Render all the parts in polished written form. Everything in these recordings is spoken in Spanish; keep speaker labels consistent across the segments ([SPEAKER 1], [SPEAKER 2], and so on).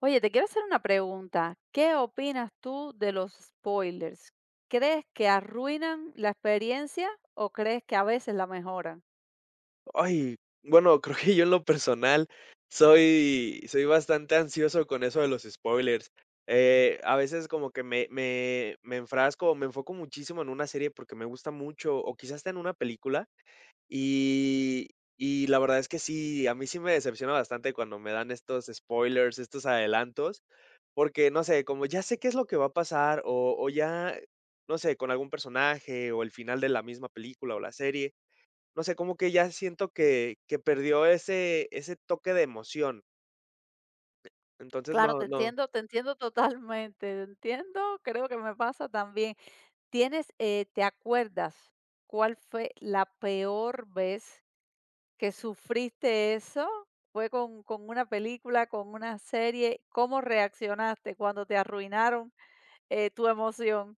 [SPEAKER 1] Oye, te quiero hacer una pregunta. ¿Qué opinas tú de los spoilers? ¿Crees que arruinan la experiencia o crees que a veces la mejoran?
[SPEAKER 2] Ay, bueno, creo que yo en lo personal soy bastante ansioso con eso de los spoilers. A veces como que me enfrasco, me enfoco muchísimo en una serie porque me gusta mucho, o quizás hasta en una película, y y la verdad es que sí, a mí sí me decepciona bastante cuando me dan estos spoilers, estos adelantos, porque, no sé, como ya sé qué es lo que va a pasar o ya, no sé, con algún personaje o el final de la misma película o la serie. No sé, como que ya siento que perdió ese toque de emoción. Entonces,
[SPEAKER 1] Claro,
[SPEAKER 2] no no.
[SPEAKER 1] te entiendo totalmente, te entiendo, creo que me pasa también. ¿Tienes, te acuerdas cuál fue la peor vez que sufriste eso? ¿Fue con una película, con una serie? ¿Cómo reaccionaste cuando te arruinaron tu emoción?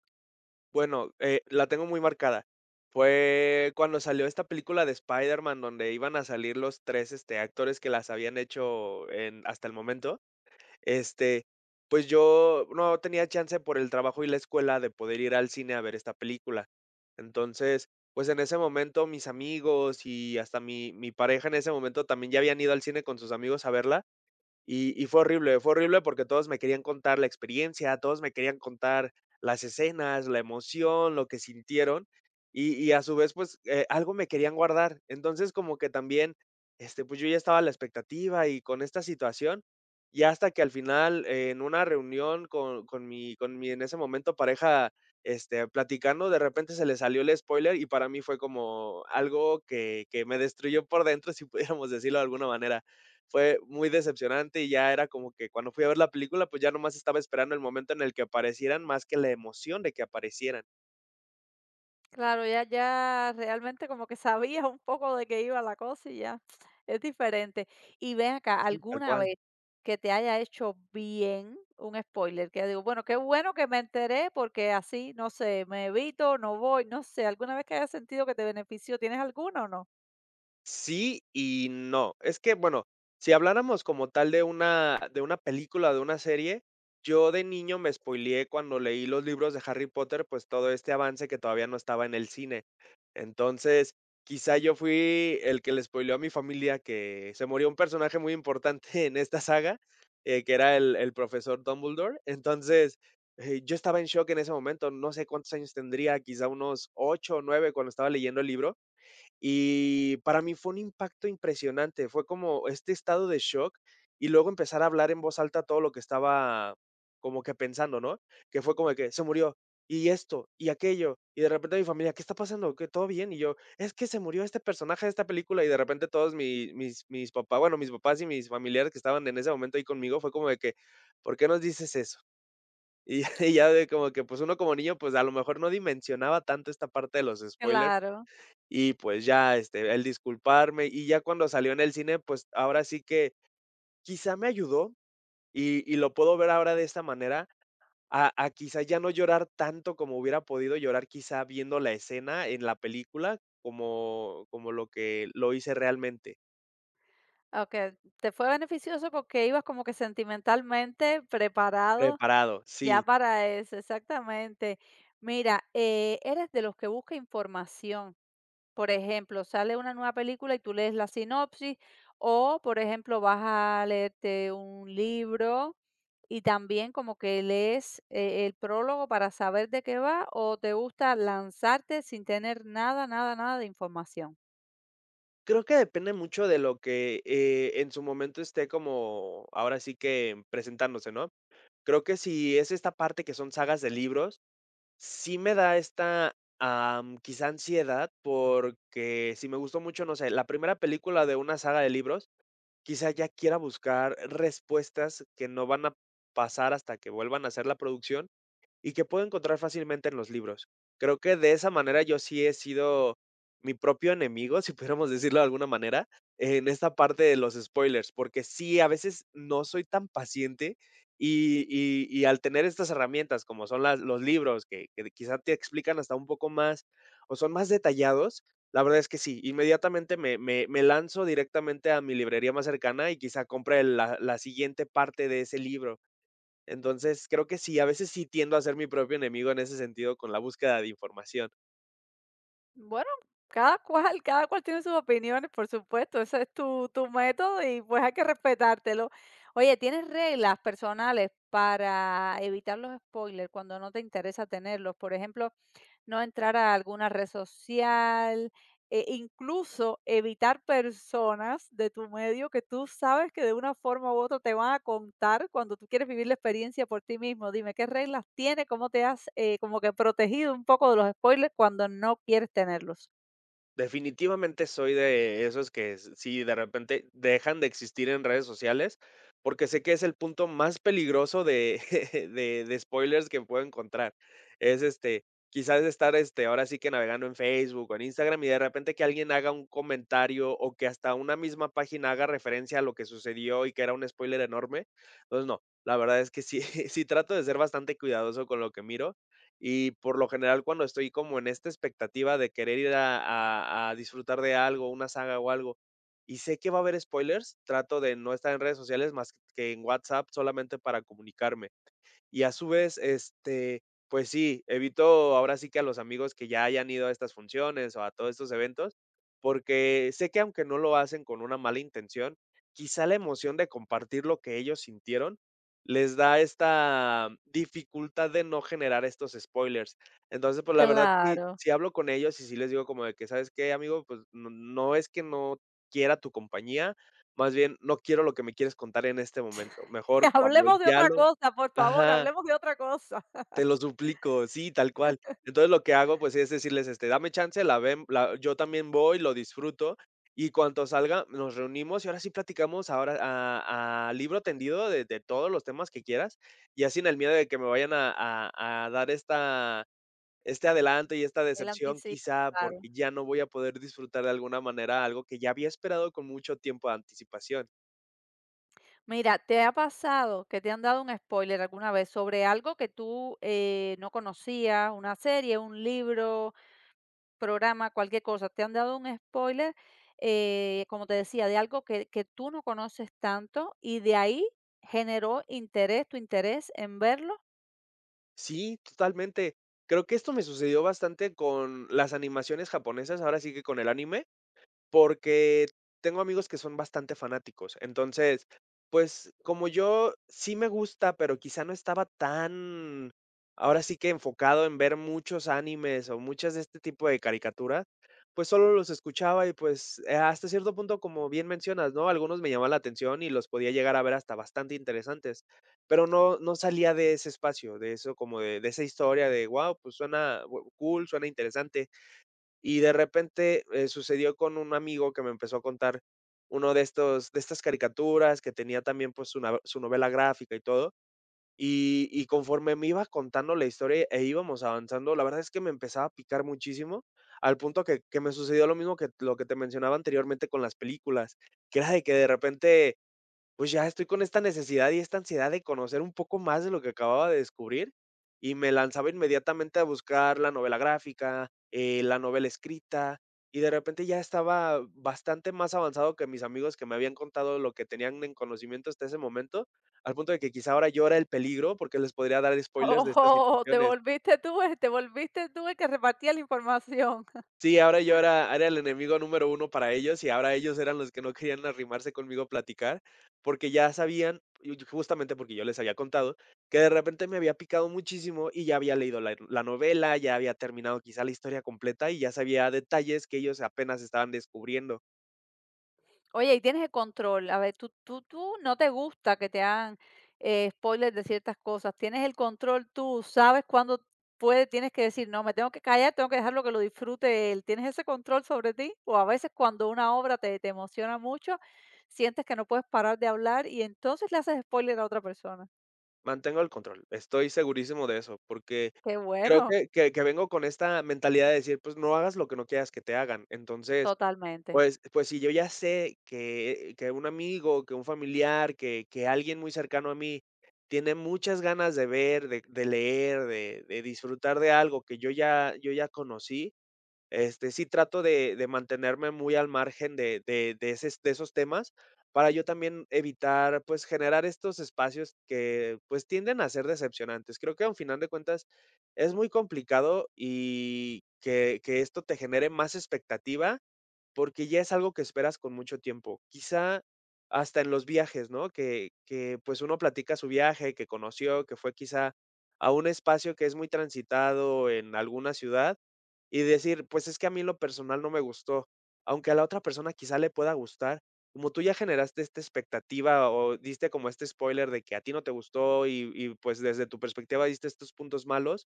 [SPEAKER 2] Bueno, la tengo muy marcada. Fue cuando salió esta película de Spider-Man, donde iban a salir los 3 este, actores que las habían hecho en hasta el momento. Este, pues yo no tenía chance por el trabajo y la escuela de poder ir al cine a ver esta película. Entonces, pues en ese momento mis amigos y hasta mi pareja en ese momento también ya habían ido al cine con sus amigos a verla. Y fue horrible porque todos me querían contar la experiencia, todos me querían contar las escenas, la emoción, lo que sintieron, y a su vez, pues, algo me querían guardar. Entonces, como que también, este, pues, yo ya estaba a la expectativa y con esta situación, ya hasta que al final, en una reunión con con mi, en ese momento, pareja, este, platicando, de repente se le salió el spoiler y para mí fue como algo que me destruyó por dentro, si pudiéramos decirlo de alguna manera. Fue muy decepcionante y ya era como que cuando fui a ver la película, pues ya nomás estaba esperando el momento en el que aparecieran, más que la emoción de que aparecieran.
[SPEAKER 1] Claro, ya ya realmente como que sabías un poco de qué iba la cosa y ya es diferente. Y ven acá,
[SPEAKER 2] Ujú, tal
[SPEAKER 1] ¿alguna
[SPEAKER 2] cual.
[SPEAKER 1] vez que te haya hecho bien un spoiler? Que digo, bueno, qué bueno que me enteré porque así, no sé, me evito, no voy, no sé, ¿alguna vez que hayas sentido que te benefició? ¿Tienes alguna o no?
[SPEAKER 2] Sí y no. Es que, bueno, si habláramos como tal de una película, de una serie, yo de niño me spoileé cuando leí los libros de Harry Potter, pues, todo este avance que todavía no estaba en el cine. Entonces, quizá yo fui el que le spoileó a mi familia que se murió un personaje muy importante en esta saga, que era el profesor Dumbledore. Entonces, yo estaba en shock en ese momento, no sé cuántos años tendría, quizá unos 8, o 9 cuando estaba leyendo el libro, y para mí fue un impacto impresionante, fue como este estado de shock y luego empezar a hablar en voz alta todo lo que estaba como que pensando, ¿no? Que fue como de que se murió y esto y aquello y de repente mi familia, ¿qué está pasando? ¿Que todo bien? Y yo, es que se murió este personaje de esta película y de repente todos mis papás, bueno, mis papás y mis familiares que estaban en ese momento ahí conmigo fue como de que, ¿por qué nos dices eso? Y, y ya de como que pues uno como niño pues a lo mejor no dimensionaba tanto esta parte de los spoilers
[SPEAKER 1] Claro,
[SPEAKER 2] y pues ya, este, el disculparme, y ya cuando salió en el cine, pues ahora sí que quizá me ayudó y lo puedo ver ahora de esta manera, a quizá ya no llorar tanto como hubiera podido llorar quizá viendo la escena en la película, como como lo que lo hice realmente.
[SPEAKER 1] aunque te fue beneficioso porque ibas como que sentimentalmente preparado
[SPEAKER 2] Preparado,
[SPEAKER 1] ya
[SPEAKER 2] sí.
[SPEAKER 1] para eso, exactamente. Mira, eres de los que busca información. Por ejemplo, sale una nueva película y tú lees la sinopsis o, por ejemplo, vas a leerte un libro y también como que lees el prólogo para saber de qué va o te gusta lanzarte sin tener nada, nada, nada de información.
[SPEAKER 2] Creo que depende mucho de lo que, en su momento esté como ahora sí que presentándose, ¿no? Creo que si es esta parte que son sagas de libros, sí me da esta, quizá ansiedad, porque si me gustó mucho, no sé, la primera película de una saga de libros, quizá ya quiera buscar respuestas que no van a pasar hasta que vuelvan a hacer la producción, y que puedo encontrar fácilmente en los libros. Creo que de esa manera yo sí he sido mi propio enemigo, si pudiéramos decirlo de alguna manera, en esta parte de los spoilers, porque sí, a veces no soy tan paciente y, y al tener estas herramientas como son las, los libros que quizá te explican hasta un poco más o son más detallados, la verdad es que sí, inmediatamente me, me lanzo directamente a mi librería más cercana y quizá compre la siguiente parte de ese libro. Entonces, creo que sí, a veces sí tiendo a ser mi propio enemigo en ese sentido con la búsqueda de información.
[SPEAKER 1] Bueno, cada cual tiene sus opiniones, por supuesto. Ese es tu, tu método y pues hay que respetártelo. Oye, ¿tienes reglas personales para evitar los spoilers cuando no te interesa tenerlos? Por ejemplo, no entrar a alguna red social, e incluso evitar personas de tu medio que tú sabes que de una forma u otra te van a contar cuando tú quieres vivir la experiencia por ti mismo. Dime, ¿qué reglas tiene? ¿Cómo te has, como que protegido un poco de los spoilers cuando no quieres tenerlos?
[SPEAKER 2] Definitivamente soy de esos que s sí, de repente dejan de existir en redes sociales, porque sé que es el punto más peligroso de de spoilers que puedo encontrar. Es, este, quizás estar, este, ahora sí que navegando en Facebook o en Instagram, y de repente que alguien haga un comentario, o que hasta una misma página haga referencia a lo que sucedió y que era un spoiler enorme. Entonces, no, la verdad es que sí sí trato de ser bastante cuidadoso con lo que miro, y por lo general, cuando estoy como en esta expectativa de querer ir a a disfrutar de algo, una saga o algo, y sé que va a haber spoilers, trato de no estar en redes sociales más que en WhatsApp, solamente para comunicarme. Y a su vez, este, pues sí, evito ahora sí que a los amigos que ya hayan ido a estas funciones o a todos estos eventos, porque sé que aunque no lo hacen con una mala intención, quizá la emoción de compartir lo que ellos sintieron les da esta dificultad de no generar estos spoilers. Entonces, pues la verdad, sí,
[SPEAKER 1] Claro.
[SPEAKER 2] sí hablo con ellos y sí les digo como de que, ¿sabes qué, amigo? Pues no, no es que no quiera tu compañía, más bien no quiero lo que me quieres contar en este momento. Mejor cuando
[SPEAKER 1] Hablemos de
[SPEAKER 2] ya
[SPEAKER 1] otra
[SPEAKER 2] lo...
[SPEAKER 1] cosa, por favor,
[SPEAKER 2] Ajá.
[SPEAKER 1] hablemos de otra cosa.
[SPEAKER 2] Te lo suplico, sí, tal cual. Entonces, lo que hago, pues, es decirles, este, dame chance, la ven la yo también voy, lo disfruto, y cuando salga, nos reunimos, y ahora sí platicamos ahora a libro tendido de todos los temas que quieras, y así en el miedo de que me vayan a a dar esta este adelanto y esta
[SPEAKER 1] El
[SPEAKER 2] decepción,
[SPEAKER 1] anticipo,
[SPEAKER 2] quizá,
[SPEAKER 1] claro.
[SPEAKER 2] porque ya no voy a poder disfrutar de alguna manera algo que ya había esperado con mucho tiempo de anticipación.
[SPEAKER 1] Mira, ¿te ha pasado que te han dado un spoiler alguna vez sobre algo que tú no conocías, una serie, un libro, programa, cualquier cosa? ¿Te han dado un spoiler, como te decía, de algo que tú no conoces tanto y de ahí generó interés, tu interés en verlo?
[SPEAKER 2] Sí, totalmente. Creo que esto me sucedió bastante con las animaciones japonesas, ahora sí que con el anime, porque tengo amigos que son bastante fanáticos. Entonces, pues, como yo sí me gusta, pero quizá no estaba tan, ahora sí que enfocado en ver muchos animes o muchas de este tipo de caricaturas, pues solo los escuchaba y pues hasta cierto punto, como bien mencionas, ¿no? Algunos me llamaban la atención y los podía llegar a ver hasta bastante interesantes, pero no, no salía de ese espacio, de eso como de esa historia de, wow, pues suena cool, suena interesante y de repente, sucedió con un amigo que me empezó a contar uno de estos de estas caricaturas que tenía también, pues, su na su novela gráfica y todo. Y conforme me iba contando la historia e íbamos avanzando, la verdad es que me empezaba a picar muchísimo, al punto que me sucedió lo mismo que lo que te mencionaba anteriormente con las películas, que era de que de repente pues ya estoy con esta necesidad y esta ansiedad de conocer un poco más de lo que acababa de descubrir, y me lanzaba inmediatamente a buscar la novela gráfica, la novela escrita, y de repente ya estaba bastante más avanzado que mis amigos que me habían contado lo que tenían en conocimiento hasta ese momento, al punto de que quizá ahora yo era el peligro, porque les podría dar spoilers de estas
[SPEAKER 1] Oh, te
[SPEAKER 2] situaciones.
[SPEAKER 1] volviste tú, el- te volviste tú el que repartía la información.
[SPEAKER 2] Sí, ahora yo era el enemigo número 1 para ellos, y ahora ellos eran los que no querían arrimarse conmigo a platicar, porque ya sabían, y justamente porque yo les había contado, que de repente me había picado muchísimo y ya había leído la novela, ya había terminado quizá la historia completa y ya sabía detalles que ellos apenas estaban descubriendo.
[SPEAKER 1] Oye, y tienes el control. A ver, tú tú tú no te gusta que te hagan, spoiler de ciertas cosas. Tienes el control tú, sabes cuándo puede tienes que decir: "No, me tengo que callar, tengo que dejarlo que lo disfrute él". ¿Tienes ese control sobre ti? O a veces cuando una obra te te emociona mucho, sientes que no puedes parar de hablar y entonces le haces spoiler a otra persona.
[SPEAKER 2] Mantengo el control, estoy segurísimo de eso, porque
[SPEAKER 1] Qué
[SPEAKER 2] creo
[SPEAKER 1] bueno,
[SPEAKER 2] que que vengo con esta mentalidad de decir, pues, no hagas lo que no quieras que te hagan. Entonces,
[SPEAKER 1] totalmente.
[SPEAKER 2] pues pues si yo ya sé que un amigo, que un familiar, que alguien muy cercano a mí tiene muchas ganas de ver, de leer, de disfrutar de algo que yo ya yo ya conocí, este, sí trato de mantenerme muy al margen de de ese de esos temas, para yo también evitar, pues, generar estos espacios que, pues, tienden a ser decepcionantes. Creo que al final de cuentas es muy complicado y que esto te genere más expectativa porque ya es algo que esperas con mucho tiempo. Quizá hasta en los viajes, ¿no? Que, pues, uno platica su viaje, que conoció, que fue quizá a un espacio que es muy transitado en alguna ciudad, y decir: "Pues, es que a mí en lo personal no me gustó", aunque a la otra persona quizá le pueda gustar, como tú ya generaste esta expectativa o diste como este spoiler de que a ti no te gustó y, pues, desde tu perspectiva diste estos puntos malos,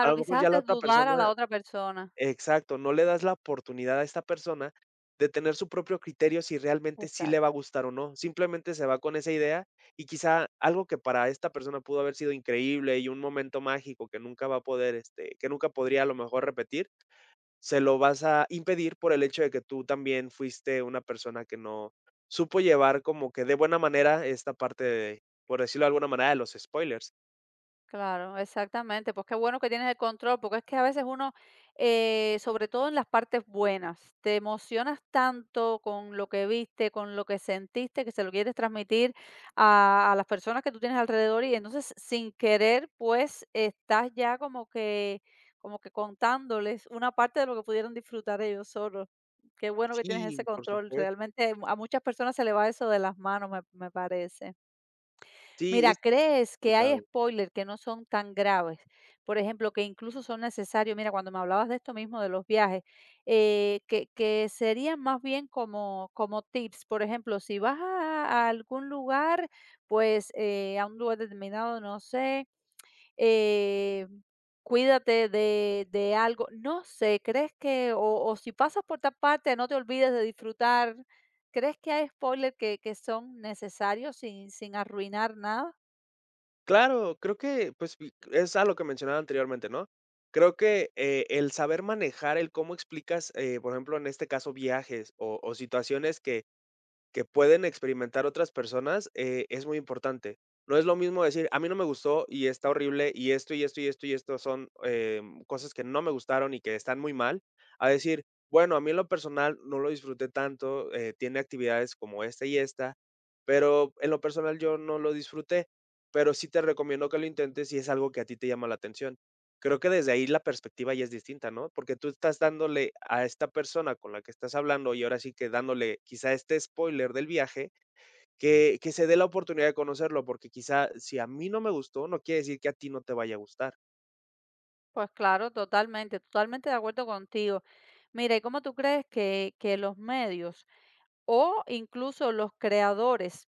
[SPEAKER 2] a lo mejor
[SPEAKER 1] quizás
[SPEAKER 2] ya la
[SPEAKER 1] haces
[SPEAKER 2] otra
[SPEAKER 1] dudar
[SPEAKER 2] persona.
[SPEAKER 1] a la otra persona.
[SPEAKER 2] Exacto, no le das la oportunidad a esta persona de tener su propio criterio si realmente sí le va a
[SPEAKER 1] Exacto.
[SPEAKER 2] gustar o no. Simplemente se va con esa idea y quizá algo que para esta persona pudo haber sido increíble y un momento mágico que nunca va a poder, que nunca podría a lo mejor repetir, se lo vas a impedir por el hecho de que tú también fuiste una persona que no supo llevar como que de buena manera esta parte de, por decirlo de alguna manera, de los spoilers.
[SPEAKER 1] Claro, exactamente. Pues qué bueno que tienes el control, porque es que a veces uno, sobre todo en las partes buenas, te emocionas tanto con lo que viste, con lo que sentiste, que se lo quieres transmitir a las personas que tú tienes alrededor y entonces sin querer, pues estás ya como que contándoles una parte de lo que pudieron disfrutar ellos solos. Qué bueno que tienes ese
[SPEAKER 2] Sí, por
[SPEAKER 1] control.
[SPEAKER 2] supuesto.
[SPEAKER 1] Realmente a muchas personas se le va eso de las manos, me me parece.
[SPEAKER 2] Sí,
[SPEAKER 1] Mira,
[SPEAKER 2] es
[SPEAKER 1] ¿crees que hay
[SPEAKER 2] complicado.
[SPEAKER 1] spoilers que no son tan graves? Por ejemplo, que incluso son necesarios. Mira, cuando me hablabas de esto mismo, de los viajes, que serían más bien como, como tips. Por ejemplo, si vas a algún lugar, pues a un lugar determinado, no sé, eh, cuídate de algo, no sé, ¿crees que, o si pasas por tal parte, no te olvides de disfrutar? ¿Crees que hay spoilers que son necesarios sin, sin arruinar nada?
[SPEAKER 2] Claro, creo que, pues, fi es a lo que mencionaba anteriormente, ¿no? Creo que, el saber manejar el cómo explicas, por ejemplo, en este caso, viajes o situaciones que pueden experimentar otras personas, es muy importante. No es lo mismo decir, a mí no me gustó y está horrible y esto y esto y esto y esto son cosas que no me gustaron y que están muy mal, a decir, bueno, a mí en lo personal no lo disfruté tanto, tiene actividades como esta y esta, pero en lo personal yo no lo disfruté, pero sí te recomiendo que lo intentes si es algo que a ti te llama la atención. Creo que desde ahí la perspectiva ya es distinta, ¿no? Porque tú estás dándole a esta persona con la que estás hablando y ahora sí que dándole quizá este spoiler del viaje, que se dé la oportunidad de conocerlo, porque quizá si a mí no me gustó, no quiere decir que a ti no te vaya a gustar.
[SPEAKER 1] Pues claro, totalmente, totalmente de acuerdo contigo. Mira, ¿y cómo tú crees que los medios o incluso los creadores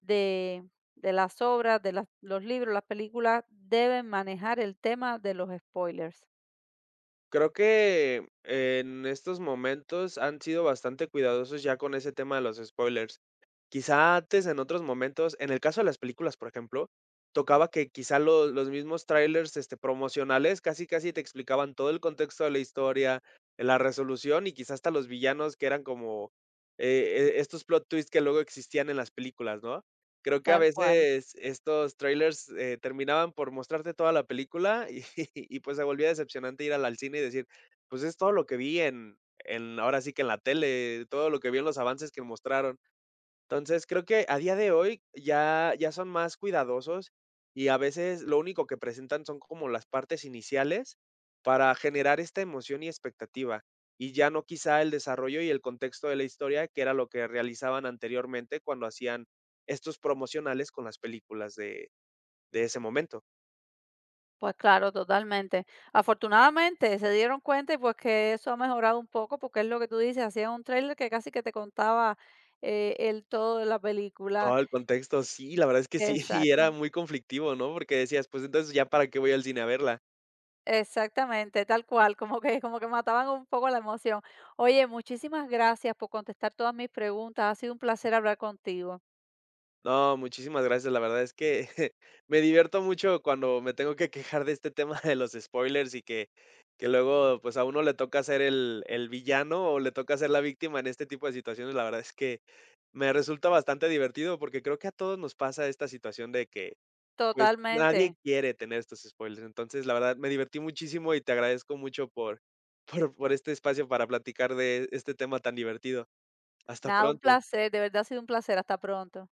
[SPEAKER 1] de, de las obras, de las- los libros, las películas, deben manejar el tema de los spoilers?
[SPEAKER 2] Creo que en estos momentos han sido bastante cuidadosos ya con ese tema de los spoilers. Quizá antes, en otros momentos, en el caso de las películas, por ejemplo, tocaba que quizá lo los mismos trailers promocionales casi, casi te explicaban todo el contexto de la historia, la resolución y quizá hasta los villanos que eran como, estos plot twists que luego existían en las películas, ¿no? Creo que a
[SPEAKER 1] Tal cual.
[SPEAKER 2] veces estos trailers terminaban por mostrarte toda la película y y pues se volvía decepcionante ir al cine y decir: "Pues es todo lo que vi en ahora sí que en la tele, todo lo que vi en los avances que mostraron". Entonces, creo que a día de hoy ya son más cuidadosos y a veces lo único que presentan son como las partes iniciales para generar esta emoción y expectativa, y ya no quizá el desarrollo y el contexto de la historia, que era lo que realizaban anteriormente cuando hacían estos promocionales con las películas de ese momento.
[SPEAKER 1] Pues claro, totalmente. Afortunadamente se dieron cuenta y pues que eso ha mejorado un poco porque es lo que tú dices, hacía un trailer que casi que te contaba el todo de la película.
[SPEAKER 2] Todo el contexto, sí, la verdad es que sí, y era
[SPEAKER 1] Exacto.
[SPEAKER 2] muy conflictivo, ¿no? Porque decías, pues, entonces, ¿ya para qué voy al cine a verla?
[SPEAKER 1] Exactamente, tal cual, como que mataban un poco la emoción. Oye, muchísimas gracias por contestar todas mis preguntas. Ha sido un placer hablar contigo.
[SPEAKER 2] No, muchísimas gracias. La verdad es que me divierto mucho cuando me tengo que quejar de este tema de los spoilers y que luego pues a uno le toca ser el villano o le toca ser la víctima en este tipo de situaciones. La verdad es que me resulta bastante divertido porque creo que a todos nos pasa esta situación de que pues
[SPEAKER 1] Totalmente.
[SPEAKER 2] nadie quiere tener estos spoilers. Entonces, la verdad, me divertí muchísimo y te agradezco mucho por este espacio para platicar de este tema tan divertido. Hasta
[SPEAKER 1] Nada, un
[SPEAKER 2] pronto.
[SPEAKER 1] placer, de verdad ha sido un placer. Hasta pronto.